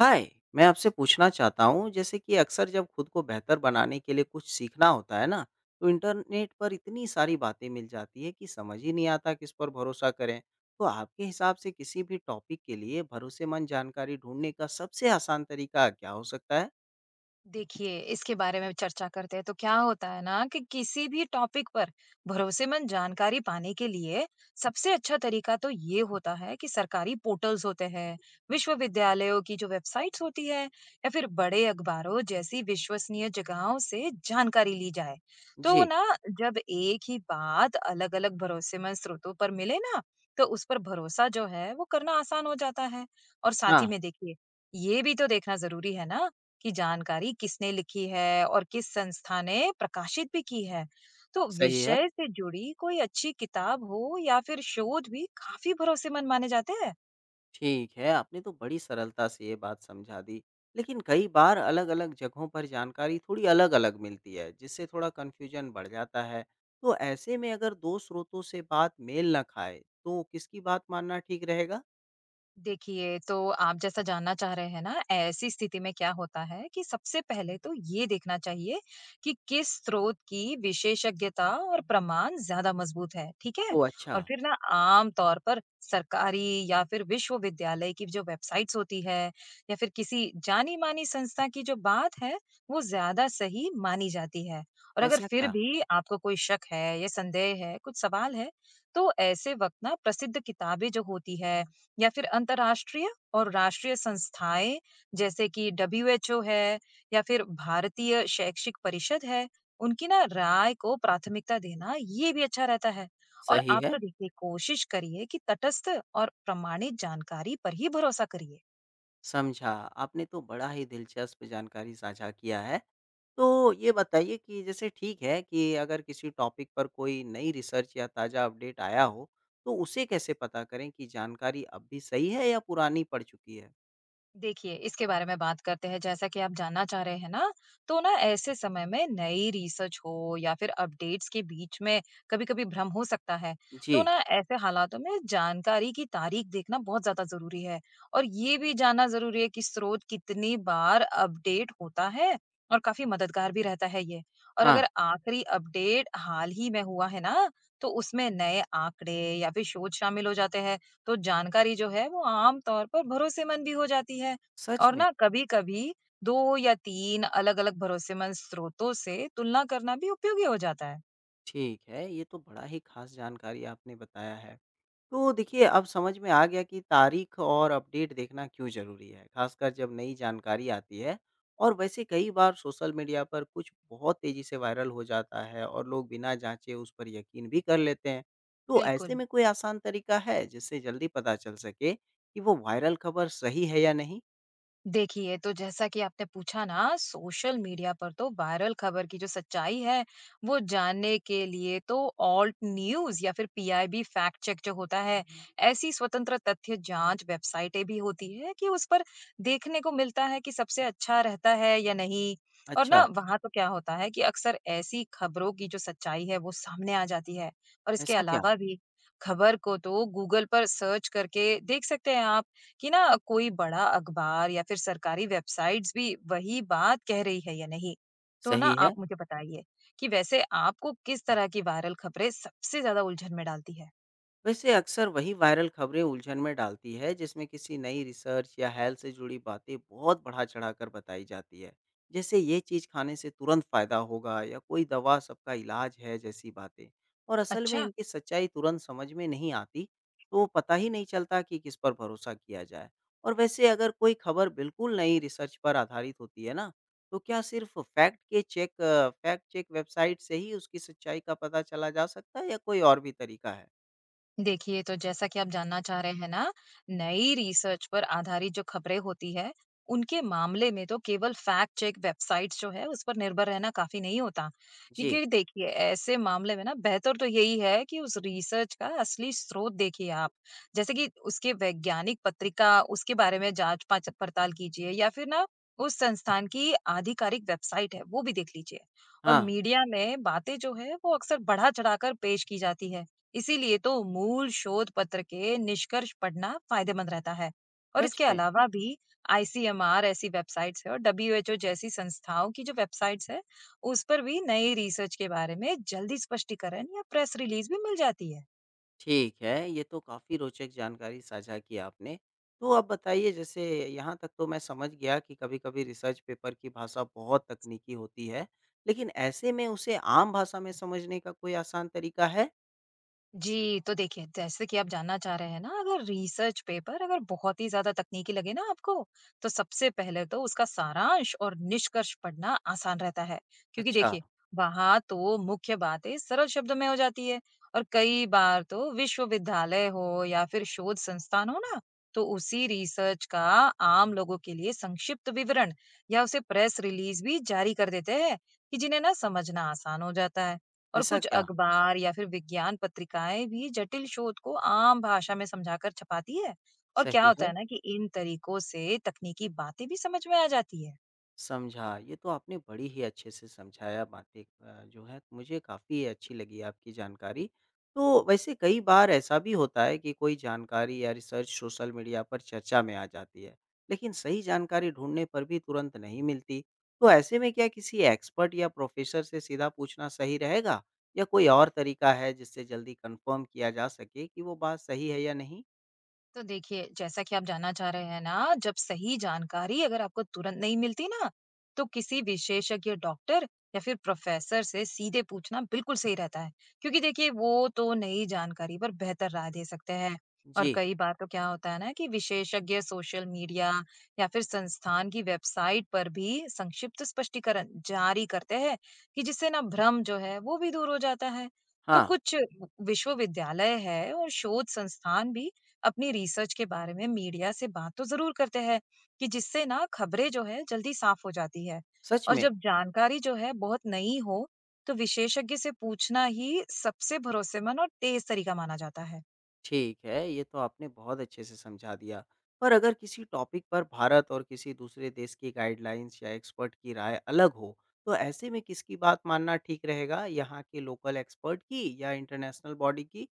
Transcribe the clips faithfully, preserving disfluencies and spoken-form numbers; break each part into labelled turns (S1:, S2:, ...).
S1: हाय। मैं आपसे पूछना चाहता हूँ जैसे कि अक्सर जब खुद को बेहतर बनाने के लिए कुछ सीखना होता है ना, तो इंटरनेट पर इतनी सारी बातें मिल जाती है कि समझ ही नहीं आता किस पर भरोसा करें। तो आपके हिसाब से किसी भी टॉपिक के लिए भरोसेमंद जानकारी ढूंढने का सबसे आसान तरीका क्या हो सकता है?
S2: देखिए, इसके बारे में चर्चा करते हैं। तो क्या होता है ना कि किसी भी टॉपिक पर भरोसेमंद जानकारी पाने के लिए सबसे अच्छा तरीका तो ये होता है कि सरकारी पोर्टल्स होते हैं, विश्वविद्यालयों की जो वेबसाइट्स होती है या फिर बड़े अखबारों जैसी विश्वसनीय जगहों से जानकारी ली जाए। तो
S1: जी।
S2: ना जब एक ही बात अलग-अलग भरोसेमंद स्रोतों पर मिले ना, तो उस पर भरोसा जो है वो करना आसान हो जाता है। और साथ ही
S1: हाँ।
S2: में देखिए, ये भी तो देखना ज़रूरी है ना की जानकारी किसने लिखी है और किस संस्था ने प्रकाशित भी की है। तो
S1: सही है।
S2: विषय से जुड़ी कोई अच्छी किताब हो या फिर शोध भी काफ़ी भरोसेमंद माने जाते हैं।
S1: ठीक है, आपने तो बड़ी सरलता से ये बात समझा दी। लेकिन कई बार अलग-अलग जगहों पर जानकारी थोड़ी अलग-अलग मिलती है, जिससे थोड़ा कन्फ्यूजन बढ़ जाता है। तो ऐसे में अगर दो स्रोतों से बात मेल ना खाए, तो किसकी बात मानना ठीक रहेगा?
S2: देखिए, तो आप जैसा जानना चाह रहे हैं ना, ऐसी स्थिति में क्या होता है कि सबसे पहले तो ये देखना चाहिए कि किस स्रोत की विशेषज्ञता और प्रमाण ज़्यादा मज़बूत है, ठीक है?
S1: ओह अच्छा।
S2: और फिर ना आम तौर पर सरकारी या फिर विश्वविद्यालय की जो वेबसाइट्स होती है या फिर किसी जानी-मानी संस्था की जो बात है, वो ज़्यादा सही मानी जाती है। और अगर
S1: ऐसा
S2: फिर
S1: क्या?
S2: भी आपको कोई शक है या संदेह है, कुछ सवाल है, तो ऐसे वक़्त ना प्रसिद्ध किताबें जो होती है या फिर अंतर्राष्ट्रीय और राष्ट्रीय संस्थाएं जैसे कि डब्ल्यूएचओ है या फिर भारतीय शैक्षिक परिषद है उनकी ना राय को प्राथमिकता देना ये भी अच्छा रहता है। और
S1: सही
S2: आप
S1: है।
S2: तो देखिए कोशिश करिए कि तटस्थ और प्रमाणित जानकारी पर ही भरोसा करिए।
S1: समझा। आपने तो बड़ा ही दिलचस्प जानकारी साझा किया है। तो ये बताइए कि जैसे ठीक है कि अगर किसी टॉपिक पर कोई नई रिसर्च या ताज़ा अपडेट आया हो, तो उसे कैसे पता करें कि जानकारी अब भी सही है या पुरानी पड़ चुकी है?
S2: देखिए इसके बारे में बात करते हैं जैसा कि आप जानना चाह रहे हैं ना, तो ना ऐसे समय में नई रिसर्च हो या फिर अपडेट्स के बीच में कभी कभी भ्रम हो सकता है। तो
S1: जी।
S2: ना ऐसे हालातों में जानकारी की तारीख देखना बहुत ज्यादा जरूरी है और ये भी जानना जरूरी है कि स्रोत कितनी बार अपडेट होता है और काफी मददगार भी रहता है ये। और
S1: हाँ।
S2: अगर आखिरी अपडेट हाल ही में हुआ है ना, तो उसमें नए आंकड़े या फिर शोध शामिल हो जाते हैं, तो जानकारी जो है वो आम तौर पर भरोसेमंद भी हो जाती है।
S1: सच
S2: और
S1: में?
S2: ना कभी-कभी दो या तीन अलग-अलग भरोसेमंद स्रोतों से तुलना करना भी उपयोगी हो जाता है।
S1: ठीक है, ये तो बड़ा ही ख़ास जानकारी आपने बताया है। तो देखिए, अब समझ में आ गया कि तारीख और अपडेट देखना क्यों ज़रूरी है, खासकर जब नई जानकारी आती है। और वैसे कई बार सोशल मीडिया पर कुछ बहुत तेज़ी से वायरल हो जाता है और लोग बिना जाँचे उस पर यकीन भी कर लेते हैं। तो ऐसे
S2: बिल्कुल।
S1: में कोई आसान तरीका है, जिससे जल्दी पता चल सके कि वो वायरल खबर सही है या नहीं?
S2: देखिए तो जैसा कि आपने पूछा ना, सोशल मीडिया पर तो वायरल खबर की जो सच्चाई है वो जानने के लिए तो ऑल्ट न्यूज या फिर पीआईबी फैक्ट चेक जो होता है, ऐसी स्वतंत्र तथ्य जांच वेबसाइटें भी होती है कि उस पर देखने को मिलता है कि सबसे अच्छा रहता है या नहीं। और
S1: अच्छा।
S2: ना वहां तो क्या होता है कि अक्सर ऐसी खबरों की जो सच्चाई है वो सामने आ जाती है। और इसके
S1: ऐसा क्या?
S2: अलावा भी खबर को तो गूगल पर सर्च करके देख सकते हैं आप कि ना कोई बड़ा अखबार या फिर सरकारी वेबसाइट्स भी वही बात कह रही है या नहीं। तो ना
S1: सही है।
S2: आप मुझे बताइए कि वैसे आपको किस तरह की वायरल खबरें सबसे ज्यादा उलझन में डालती है।
S1: वैसे अक्सर वही वायरल खबरें उलझन में डालती है जिसमें किसी नई रिसर्च या हेल्थ से जुड़ी बातें बहुत बढ़ा चढ़ाकर बताई जाती है, जैसे ये चीज खाने से तुरंत फायदा होगा या कोई दवा सबका इलाज है जैसी बातें। और असल में
S2: अच्छा,
S1: इनकी सच्चाई तुरंत समझ में नहीं आती, तो पता ही नहीं चलता कि किस पर भरोसा किया जाए। और वैसे अगर कोई खबर बिल्कुल नई रिसर्च पर आधारित होती है ना, तो क्या सिर्फ फैक्ट के चेक फैक्ट चेक वेबसाइट से ही उसकी सच्चाई का पता चला जा सकता है या कोई और भी तरीका है?
S2: देखिए तो जैसा कि आप जानना चाह रहे हैं ना, नई रिसर्च पर आधारित जो खबरें होती है उनके मामले में तो केवल फैक्ट चेक वेबसाइट्स जो है उस पर निर्भर रहना काफी नहीं होता।
S1: जी।
S2: क्योंकि देखिए ऐसे मामले में ना बेहतर तो यही है कि उस रिसर्च का असली स्रोत देखिए आप, जैसे कि उसके वैज्ञानिक पत्रिका उसके बारे में जांच पाच- पड़ताल कीजिए या फिर ना उस संस्थान की आधिकारिक वेबसाइट है वो भी देख लीजिए। और
S1: हाँ।
S2: मीडिया में बातें जो है वो अक्सर बढ़ा चढ़ाकर पेश की जाती है, इसीलिए तो मूल शोध पत्र के निष्कर्ष पढ़ना फायदेमंद रहता है। और
S1: सच
S2: इसके
S1: में?
S2: अलावा भी आईसीएमआर ऐसी वेबसाइट्स है और डब्ल्यूएचओ जैसी संस्थाओं की जो वेबसाइट्स है, उस पर भी नई रिसर्च के बारे में जल्दी स्पष्टीकरण या प्रेस रिलीज भी मिल जाती है।
S1: ठीक है, ये तो काफ़ी रोचक जानकारी साझा की आपने। तो आप बताइए जैसे यहाँ तक तो मैं समझ गया कि कभी-कभी रिसर्च पेपर की भाषा बहुत तकनीकी होती है, लेकिन ऐसे में उसे आम भाषा में समझने का कोई आसान तरीका है?
S2: जी, तो देखिए, जैसे कि आप जानना चाह रहे हैं ना, अगर रिसर्च पेपर अगर बहुत ही ज़्यादा तकनीकी लगे ना आपको, तो सबसे पहले तो उसका सारांश और निष्कर्ष पढ़ना आसान रहता है। क्योंकि
S1: अच्छा।
S2: देखिए, वहाँ तो मुख्य बातें सरल शब्दों में हो जाती है। और कई बार तो विश्वविद्यालय हो या फिर शोध संस्थान हो ना, तो उसी रिसर्च का आम लोगों के लिए संक्षिप्त विवरण या उसे प्रेस रिलीज़ भी जारी कर देते हैं, कि जिन्हें ना समझना आसान हो जाता है। और
S1: ऐसा
S2: कुछ
S1: क्या?
S2: अखबार या फिर विज्ञान पत्रिकाएं भी जटिल शोध को आम भाषा में समझाकर छपाती है और क्या
S1: सही
S2: होता
S1: है।
S2: है ना कि इन तरीकों से तकनीकी बातें भी समझ में आ जाती है।
S1: समझा। ये तो आपने बड़ी ही अच्छे से समझाया बातें अ, जो है मुझे काफ़ी अच्छी लगी आपकी जानकारी। तो वैसे कई बार ऐसा भी होता है कि कोई जानकारी या रिसर्च सोशल मीडिया पर चर्चा में आ जाती है, लेकिन सही जानकारी ढूँढने पर भी तुरंत नहीं मिलती। तो ऐसे में क्या किसी एक्सपर्ट या प्रोफ़ेसर से सीधा पूछना सही रहेगा या कोई और तरीका है जिससे जल्दी कन्फ़र्म किया जा सके कि वो बात सही है या नहीं?
S2: तो देखिए जैसा कि आप जानना चाह रहे हैं ना, जब सही जानकारी अगर आपको तुरंत नहीं मिलती ना, तो किसी विशेषज्ञ डॉक्टर या फिर प्रोफेसर से सीधे पूछना बिल्कुल सही रहता है। क्योंकि देखिए वो तो नई जानकारी पर बेहतर राय दे सकते हैं। और
S1: जी।
S2: कई बार तो क्या होता है ना कि विशेषज्ञ सोशल मीडिया या फिर संस्थान की वेबसाइट पर भी संक्षिप्त स्पष्टीकरण जारी करते हैं कि जिससे ना भ्रम जो है वो भी दूर हो जाता है। तो
S1: हाँ।
S2: कुछ विश्वविद्यालय है और शोध संस्थान भी अपनी रिसर्च के बारे में मीडिया से बात तो जरूर करते हैं कि जिससे ना खबरें जो है जल्दी साफ हो जाती है।
S1: सच
S2: और
S1: में।
S2: जब जानकारी जो है बहुत नई हो, तो विशेषज्ञ से पूछना ही सबसे भरोसेमंद और तेज तरीका माना जाता है।
S1: ठीक है, ये तो आपने बहुत अच्छे से समझा दिया। पर अगर किसी टॉपिक पर भारत और किसी दूसरे देश की गाइडलाइंस या एक्सपर्ट की राय अलग हो, तो ऐसे में किसकी बात मानना ठीक रहेगा? यहाँ के लोकल एक्सपर्ट की या इंटरनेशनल बॉडी की?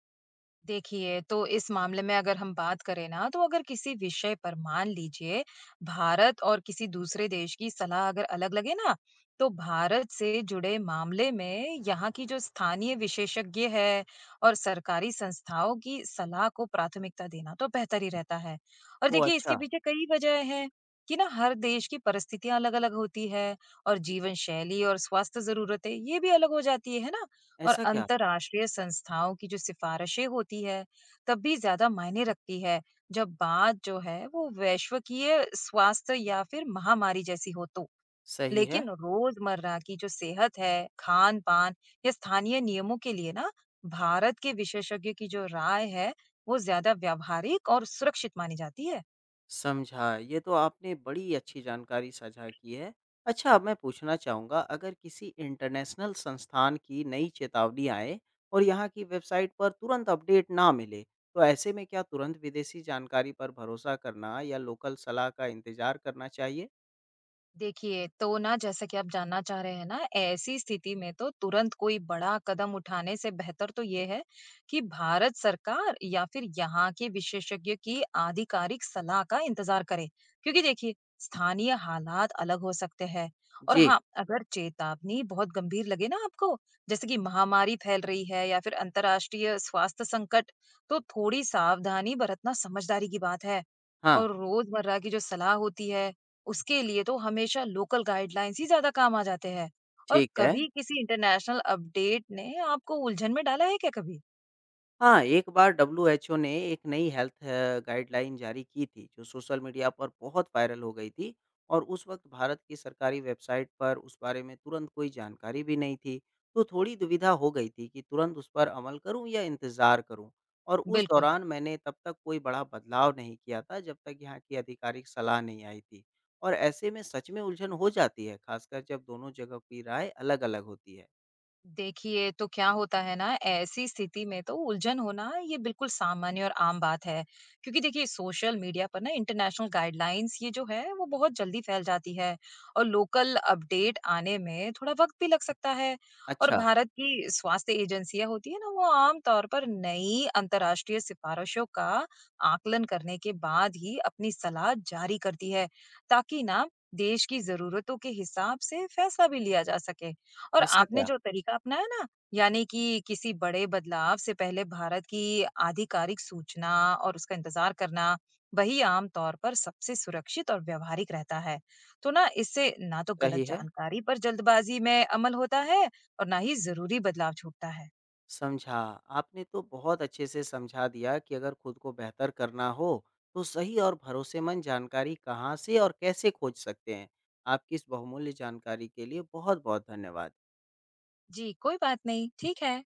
S2: देखिए, तो इस मामले में अगर हम बात करें ना, तो अगर किसी विषय पर मान लीजिए भारत और किसी दूसरे देश की सलाह अगर अलग लगे ना, तो भारत से जुड़े मामले में यहाँ की जो स्थानीय विशेषज्ञ है और सरकारी संस्थाओं की सलाह को प्राथमिकता देना तो बेहतर ही रहता है। और
S1: ओह
S2: देखिए
S1: अच्छा।
S2: इसके पीछे कई वजह हैं कि ना हर देश की परिस्थितियां अलग-अलग होती है और जीवन शैली और स्वास्थ्य जरूरतें ये भी अलग हो जाती है है ना? और
S1: ऐसा क्या?
S2: अंतर्राष्ट्रीय संस्थाओं की जो सिफारिशें होती है, तब भी ज़्यादा मायने रखती है, जब बात जो है वो वैश्वकीय स्वास्थ्य या फिर महामारी जैसी हो तो।
S1: सही है।
S2: लेकिन रोज़मर्रा की जो सेहत है, खान-पान या स्थानीय नियमों के लिए ना, भारत के विशेषज्ञ की जो राय है, वो ज़्यादा व्यावहारिक और सुरक्षित मानी जाती है।
S1: समझा। ये तो आपने बड़ी अच्छी जानकारी साझा की है। अच्छा, अब मैं पूछना चाहूँगा, अगर किसी इंटरनेशनल संस्थान की नई चेतावनी आए और यहाँ की वेबसाइट पर तुरंत अपडेट ना मिले, तो ऐसे में क्या तुरंत विदेशी जानकारी पर भरोसा करना या लोकल सलाह का इंतज़ार करना चाहिए?
S2: देखिए, तो ना जैसा कि आप जानना चाह रहे हैं ना, ऐसी स्थिति में तो तुरंत कोई बड़ा कदम उठाने से बेहतर तो ये है कि भारत सरकार या फिर यहाँ के विशेषज्ञ की आधिकारिक सलाह का इंतज़ार करें। क्योंकि देखिए, स्थानीय हालात अलग हो सकते हैं। और
S1: जी।
S2: हाँ, अगर चेतावनी बहुत गंभीर लगे ना आपको, जैसे कि महामारी फैल रही है या फिर अंतर्राष्ट्रीय स्वास्थ्य संकट, तो थोड़ी सावधानी बरतना समझदारी की बात है।
S1: हाँ।
S2: और रोज़मर्रा की जो सलाह होती है, उसके लिए तो हमेशा लोकल गाइडलाइंस ही ज्यादा काम आ जाते हैं। और
S1: ठीक है।
S2: कभी किसी इंटरनेशनल अपडेट ने आपको उलझन में डाला है क्या कभी?
S1: हाँ, एक बार डब्ल्यू एच ओ ने एक नई हेल्थ अ, गाइडलाइन जारी की थी, जो सोशल मीडिया पर बहुत वायरल हो गई थी और उस वक्त भारत की सरकारी वेबसाइट पर उस बारे में तुरंत कोई जानकारी भी नहीं थी। तो थोड़ी दुविधा हो गई थी कि तुरंत उस पर अमल करूँ या इंतज़ार करूँ। और उस
S2: बिल्कुल।
S1: दौरान मैंने तब तक कोई बड़ा बदलाव नहीं किया था, जब तक यहाँ की आधिकारिक सलाह नहीं आई थी। और ऐसे में सच में उलझन हो जाती है, खासकर जब दोनों जगह की राय अलग-अलग होती है।
S2: देखिए, तो क्या होता है ना, ऐसी स्थिति में तो उलझन होना ये बिल्कुल सामान्य और आम बात है। क्योंकि देखिए सोशल मीडिया पर ना इंटरनेशनल गाइडलाइंस ये जो है वो बहुत जल्दी फैल जाती है और लोकल अपडेट आने में थोड़ा वक़्त भी लग सकता है। और
S1: अच्छा।
S2: भारत की स्वास्थ्य एजेंसियाँ होती है ना, वो आम तौर पर नई अंतर्राष्ट्रीय सिफ़ारिशों का आकलन करने के बाद ही अपनी सलाह जारी करती है, ताकि ना देश की ज़रूरतों के हिसाब से फैसला भी लिया जा सके। और
S1: ऐसा
S2: आपने
S1: क्या?
S2: जो तरीका अपनाया ना, यानी कि किसी बड़े बदलाव से पहले भारत की आधिकारिक सूचना और उसका इंतजार करना, वही आम तौर पर सबसे सुरक्षित और व्यावहारिक रहता है। तो ना इससे ना तो गलत
S1: सही है।
S2: जानकारी पर जल्दबाजी में अमल होता है और ना ही ज़रूरी बदलाव छूटता है।
S1: समझा। आपने तो बहुत अच्छे से समझा दिया कि अगर खुद को बेहतर करना हो तो सही और भरोसेमंद जानकारी कहाँ से और कैसे खोज सकते हैं। आपकी इस बहुमूल्य जानकारी के लिए बहुत बहुत धन्यवाद।
S2: जी, कोई बात नहीं, ठीक है।